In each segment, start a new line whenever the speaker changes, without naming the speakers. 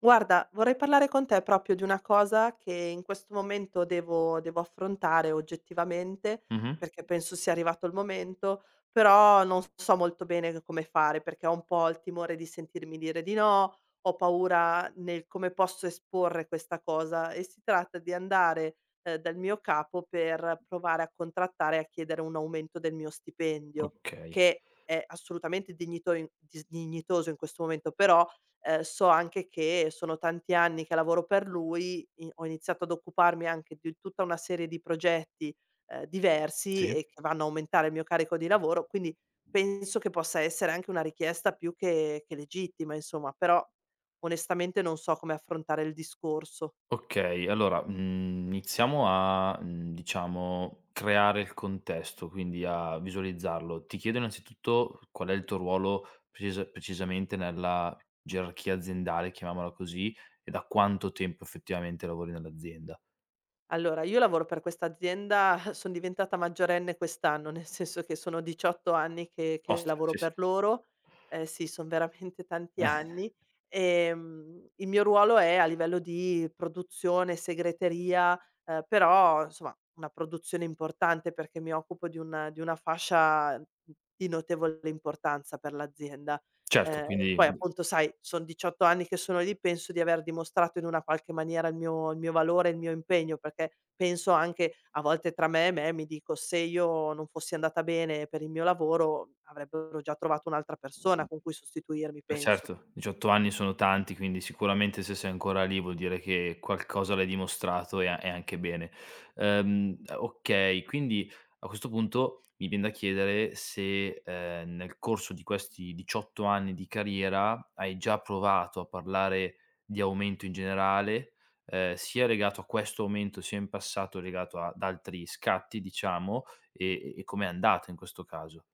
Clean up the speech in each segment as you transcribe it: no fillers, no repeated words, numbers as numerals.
Guarda, vorrei parlare con te proprio di una cosa che in questo momento devo affrontare oggettivamente,
Mh-mh.
perché penso sia arrivato il momento, però non so molto bene come fare, perché ho un po' il timore di sentirmi dire di no, ho paura nel come posso esporre questa cosa e si tratta di andare, dal mio capo per provare a contrattare e a chiedere un aumento del mio stipendio,
Okay,
che è assolutamente dignitoso in questo momento, però so anche che sono tanti anni che lavoro per lui, i ho iniziato ad occuparmi anche di tutta una serie di progetti, diversi
sì.
e che vanno a aumentare il mio carico di lavoro, quindi penso che possa essere anche una richiesta più che legittima insomma, però onestamente non so come affrontare il discorso.
Iniziamo a, diciamo, creare il contesto, quindi a visualizzarlo. Ti chiedo innanzitutto qual è il tuo ruolo precisamente nella gerarchia aziendale, chiamiamola così, e da quanto tempo effettivamente lavori nell'azienda.
Allora, io lavoro per questa azienda, son diventata maggiorenne quest'anno, nel senso che sono 18 anni che
Oste,
lavoro
sì, sì.
per loro. Sì, son veramente tanti
Eh,
anni. Il mio ruolo è a livello di produzione, segreteria, però insomma una produzione importante perché mi occupo di una fascia di notevole importanza per l'azienda.
certo,
Poi
quindi
appunto sai, son 18 anni che sono lì, penso di aver dimostrato in una qualche maniera il mio valore, il mio impegno, perché penso anche a volte tra me e me, mi dico: "Se io non fossi andata bene per il mio lavoro, avrebbero già trovato un'altra persona con cui sostituirmi",
beh,
penso.
certo, 18 anni sono tanti, quindi sicuramente se sei ancora lì vuol dire che qualcosa l'hai dimostrato, e anche bene. Okay, quindi a questo punto mi vien da chiedere se, nel corso di questi 18 anni di carriera hai già provato a parlare di aumento in generale, sia legato a questo aumento, sia in passato legato ad altri scatti, diciamo, e com'è andata in questo caso?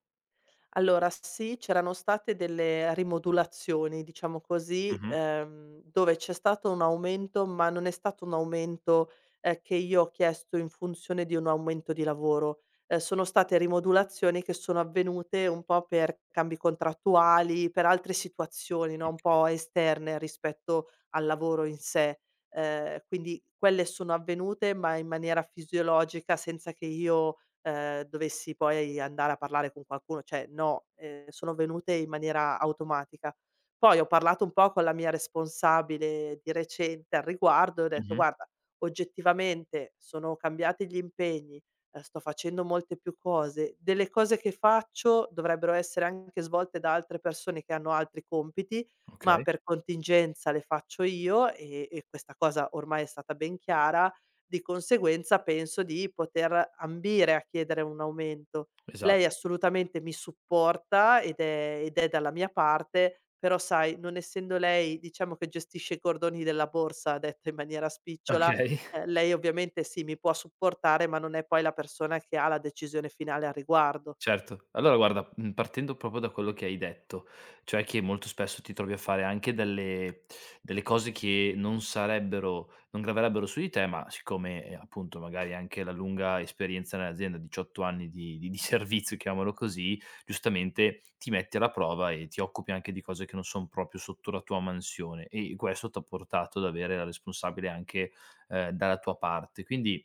Allora sì, c'erano state delle rimodulazioni, diciamo così,
Mh-mh,
dove c'è stato un aumento, ma non è stato un aumento, che io ho chiesto in funzione di un aumento di lavoro. Sono state rimodulazioni che sono avvenute un po' per cambi contrattuali, per altre situazioni, no, un
okay.
po' esterne rispetto al lavoro in sé. Quindi quelle sono avvenute, ma in maniera fisiologica senza che io dovessi poi andare a parlare con qualcuno, cioè no, sono venute in maniera automatica. Poi ho parlato un po' con la mia responsabile di recente al riguardo e ho detto:
Mh-mh,
"Guarda, oggettivamente sono cambiati gli impegni, sto facendo molte più cose, delle cose che faccio dovrebbero essere anche svolte da altre persone che hanno altri compiti, ma
okay,
per contingenza le faccio io" e questa cosa ormai è stata ben chiara, di conseguenza penso di poter ambire a chiedere un aumento.
esatto.
Lei assolutamente mi supporta ed è dalla mia parte, però sai, non essendo lei, diciamo, che gestisce i cordoni della borsa, detta in maniera spicciola,
Okay.
lei ovviamente sì, mi può supportare, ma non è poi la persona che ha la decisione finale al riguardo.
Certo. Allora guarda, partendo proprio da quello che hai detto, cioè che molto spesso ti trovi a fare anche delle cose che non graverebbero su di te, ma siccome, appunto, magari anche la lunga esperienza nell'azienda, 18 anni di servizio, chiamiamolo così, giustamente ti metti alla prova e ti occupi anche di cose che non son proprio sotto la tua mansione, e questo t'ha portato ad avere la responsabile anche, dalla tua parte. Quindi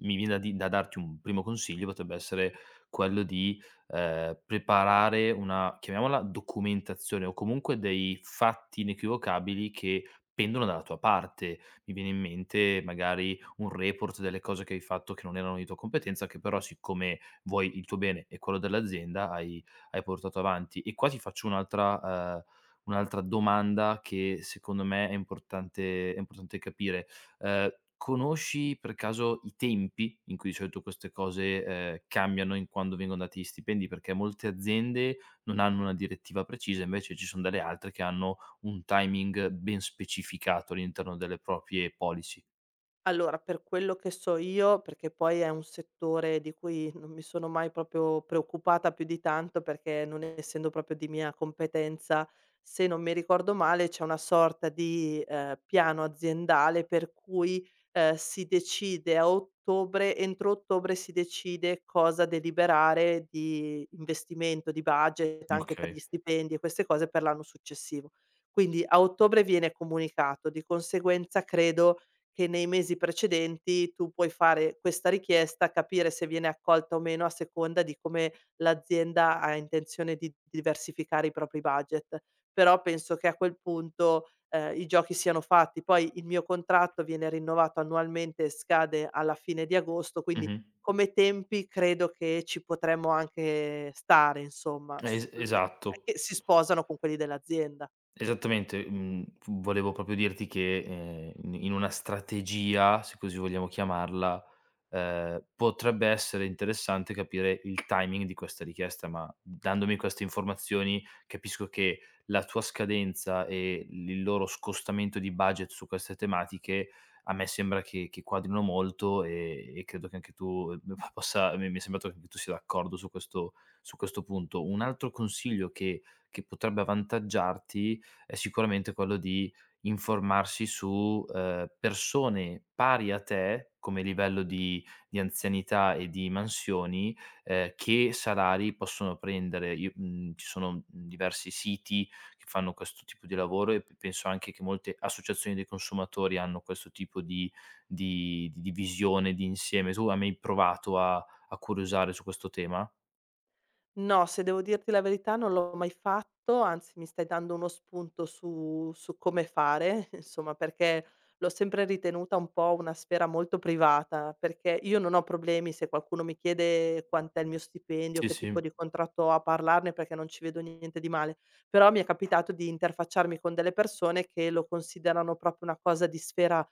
mi viene da darti un primo consiglio, potrebbe essere quello di, preparare una, chiamiamola, documentazione, o comunque dei fatti inequivocabili che pendono dalla tua parte. Mi viene in mente magari un report delle cose che hai fatto che non erano di tua competenza, che però siccome vuoi il tuo bene e quello dell'azienda hai portato avanti. E qua ti faccio un'altra un'altra domanda che secondo me è importante capire. Ehm, Conosci per caso i tempi in cui di solito queste cose, cambiano in quando vengono dati gli stipendi? Perché molte aziende non hanno una direttiva precisa, invece ci son delle altre che hanno un timing ben specificato all'interno delle proprie policy.
Allora, per quello che so io, perché poi è un settore di cui non mi sono mai proprio preoccupata più di tanto, perché non essendo proprio di mia competenza, se non mi ricordo male, c'è una sorta di piano aziendale per cui si decide a ottobre, entro ottobre si decide cosa deliberare di investimento, di budget, anche per
Okay.
gli stipendi e queste cose per l'anno successivo. Quindi a ottobre viene comunicato, di conseguenza credo che nei mesi precedenti tu puoi fare questa richiesta, capire se viene accolta o meno a seconda di come l'azienda ha intenzione di diversificare i propri budget. Però penso che a quel punto, i giochi siano fatti. Poi il mio contratto viene rinnovato annualmente e scade alla fine di agosto, quindi
Mh-mh.
come tempi credo che ci potremmo anche stare insomma, s
Es Esatto.
che si sposano con quelli dell'azienda.
Esattamente, volevo proprio dirti che, ehm, in una strategia, se così vogliamo chiamarla, potrebbe essere interessante capire il timing di questa richiesta, ma dandomi queste informazioni capisco che la tua scadenza e il loro scostamento di budget su queste tematiche a me sembra che quadrino molto e credo che anche tu, p possa mi è sembrato che anche tu sia d'accordo su questo punto. Un altro consiglio che potrebbe avvantaggiarti è sicuramente quello di informarsi su, persone pari a te come livello di anzianità e di mansioni, che salari possono prendere. Io, ci sono, diversi siti che fanno questo tipo di lavoro e p penso anche che molte associazioni dei consumatori hanno questo tipo di visione, di insieme. Tu hai mai provato a curiosare su questo tema?
No, se devo dirti la verità non l'ho mai fatto, anzi mi stai dando uno spunto su come fare, insomma, perché l'ho sempre ritenuta un po' una sfera molto privata, perché io non ho problemi se qualcuno mi chiede quant'è il mio stipendio,
Sì,
che
sì,
tipo di contratto ho, a parlarne perché non ci vedo niente di male. Però mi è capitato di interfacciarmi con delle persone che lo considerano proprio una cosa di sfera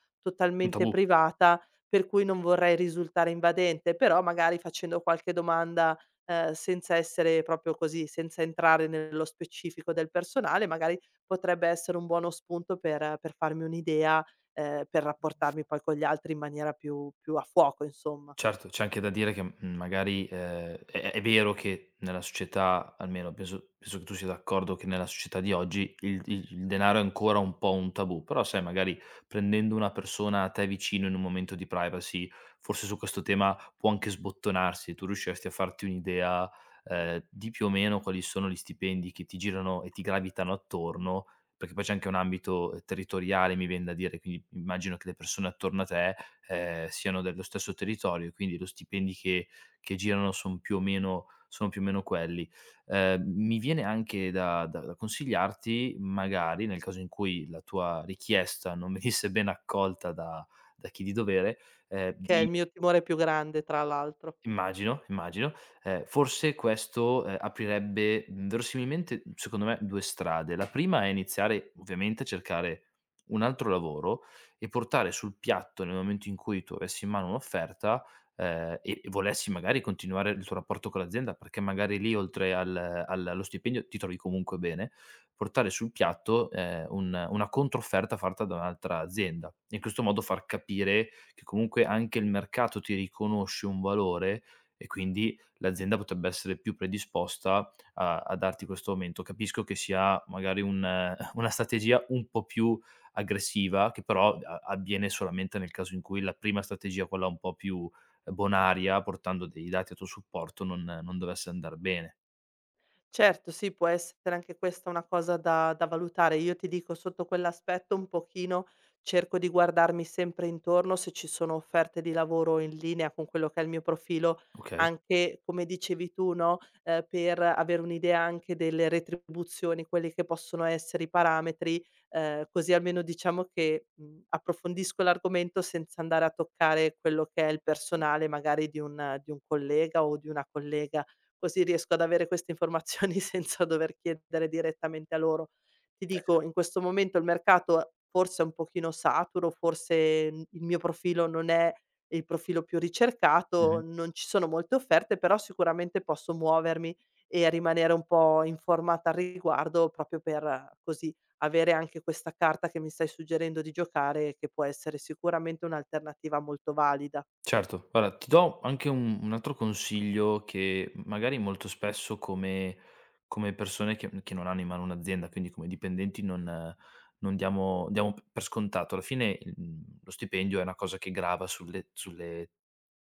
un
totalmente
tabù.
privata, per cui non vorrei risultare invadente, però magari facendo qualche domanda senza essere proprio così, senza entrare nello specifico del personale, magari potrebbe essere un buono spunto per farmi un'idea, per rapportarmi poi con gli altri in maniera più a fuoco insomma,
Certo, c'è anche da dire che, magari, è vero che nella società, almeno penso che tu sia d'accordo, che nella società di oggi il denaro è ancora un po' un tabù, però sai, magari prendendo una persona a te vicino in un momento di privacy, forse su questo tema può anche sbottonarsi. Tu riusciresti a farti un'idea, di più o meno quali sono gli stipendi che ti girano e ti gravitano attorno, perché poi c'è anche un ambito territoriale, mi vien da dire, quindi immagino che le persone attorno a te siano dello stesso territorio e quindi lo stipendi che girano son più o meno, quelli. Mi viene anche da consigliarti, magari, nel caso in cui la tua richiesta non venisse ben accolta da chi di dovere,
che è il
di
mio timore più grande tra l'altro.
immagino, immagino. Forse questo, aprirebbe, verosimilmente, secondo me, 2 strade. La prima è iniziare, ovviamente, a cercare un altro lavoro e portare sul piatto, nel momento in cui tu avessi in mano un'offerta, ehm, e volessi magari continuare il tuo rapporto con l'azienda, perché magari lì, oltre al al allo stipendio, ti trovi comunque bene, portare sul piatto, un una controfferta fatta da un'altra azienda. In questo modo far capire, perché comunque anche il mercato ti riconosce un valore, e quindi l'azienda potrebbe essere più predisposta a darti questo aumento. Capisco che sia magari un una strategia un po' più aggressiva, che però a avviene solamente nel caso in cui la prima strategia, quella un po' più, bonaria, portando dei dati a tuo supporto, non dovesse andar bene,
Certo, sì, può essere anche questa una cosa da valutare. Io ti dico sotto quell'aspetto un pochino cerco di guardarmi sempre intorno se ci sono offerte di lavoro in linea con quello che è il mio profilo,
okay?
anche come dicevi tu, no, per avere un'idea anche delle retribuzioni, quelli che possono essere i parametri, così almeno diciamo che, approfondisco l'argomento senza andare a toccare quello che è il personale magari di un collega o di una collega, così riesco ad avere queste informazioni senza dover chiedere direttamente a loro. Ti dico,
Eh,
in questo momento il mercato forse è un pochino saturo, forse, il mio profilo non è il profilo più ricercato,
cer
non ci sono molte offerte, però sicuramente posso muovermi e rimanere un po' informata al riguardo proprio per, così, avere anche questa carta che mi stai suggerendo di giocare, che può essere sicuramente un'alternativa molto valida.
Certo, guarda, ti do anche un altro consiglio che magari molto spesso, come persone che non hanno in mano un'azienda, quindi come dipendenti, non non diamo per scontato. Alla fine, lo stipendio è una cosa che grava sulle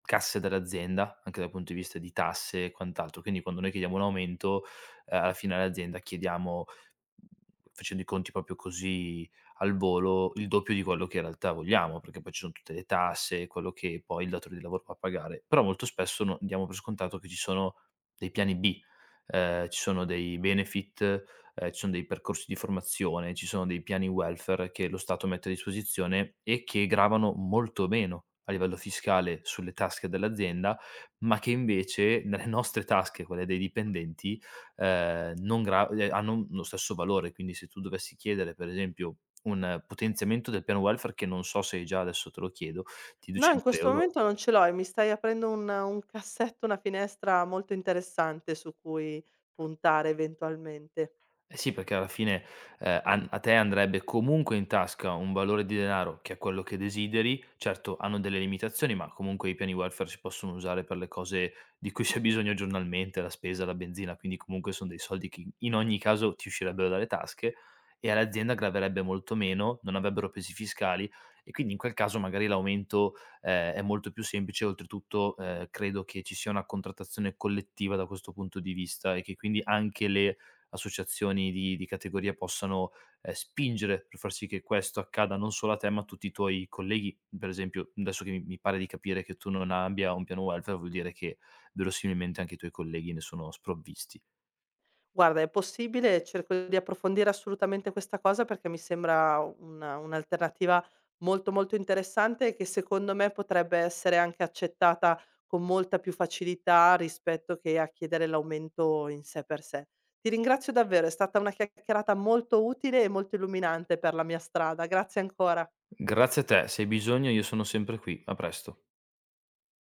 casse dell'azienda, anche dal punto di vista di tasse e quant'altro. Quindi quando noi chiediamo un aumento, alla fine all'azienda chiediamo, facendo i conti proprio così al volo, il doppio di quello che in realtà vogliamo, perché poi ci sono tutte le tasse, quello che poi il datore di lavoro va a pagare. Però molto spesso diamo per scontato che ci sono dei piani B, ci sono dei benefit, ci sono dei percorsi di formazione, ci sono dei piani welfare che lo Stato mette a disposizione e che gravano molto meno a livello fiscale sulle tasche dell'azienda, ma che invece nelle nostre tasche, quelle dei dipendenti, non gra hanno lo stesso valore. Quindi se tu dovessi chiedere, per esempio, un potenziamento del piano welfare, che non so se hai già, adesso te lo chiedo, di
No, in questo
200
momento
€
non ce l'ho e mi stai aprendo un cassetto, una finestra molto interessante su cui puntare eventualmente.
eh sì, perché alla fine, an a te andrebbe comunque in tasca un valore di denaro che è quello che desideri. Certo, hanno delle limitazioni, ma comunque i piani welfare si possono usare per le cose di cui c'è bisogno giornalmente, la spesa, la benzina, quindi comunque son dei soldi che in ogni caso ti uscirebbero dalle tasche e all'azienda graverebbe molto meno, non avrebbero pesi fiscali, e quindi in quel caso magari l'aumento, è molto più semplice. Oltretutto, credo che ci sia una contrattazione collettiva da questo punto di vista, e che quindi anche le associazioni di categoria possano, spingere per far sì che questo accada non solo a te, ma a tutti i tuoi colleghi. Per esempio, adesso che mi pare di capire che tu non abbia un piano welfare, vuol dire che verosimilmente anche i tuoi colleghi ne sono sprovvisti.
Guarda, è possibile, cerco di approfondire assolutamente questa cosa perché mi sembra una un'alternativa molto, molto interessante e che secondo me potrebbe essere anche accettata con molta più facilità rispetto che a chiedere l'aumento in sé per sé. Ti ringrazio davvero, è stata una chiacchierata molto utile e molto illuminante per la mia strada. Grazie ancora.
Grazie a te, se hai bisogno io sono sempre qui. A presto.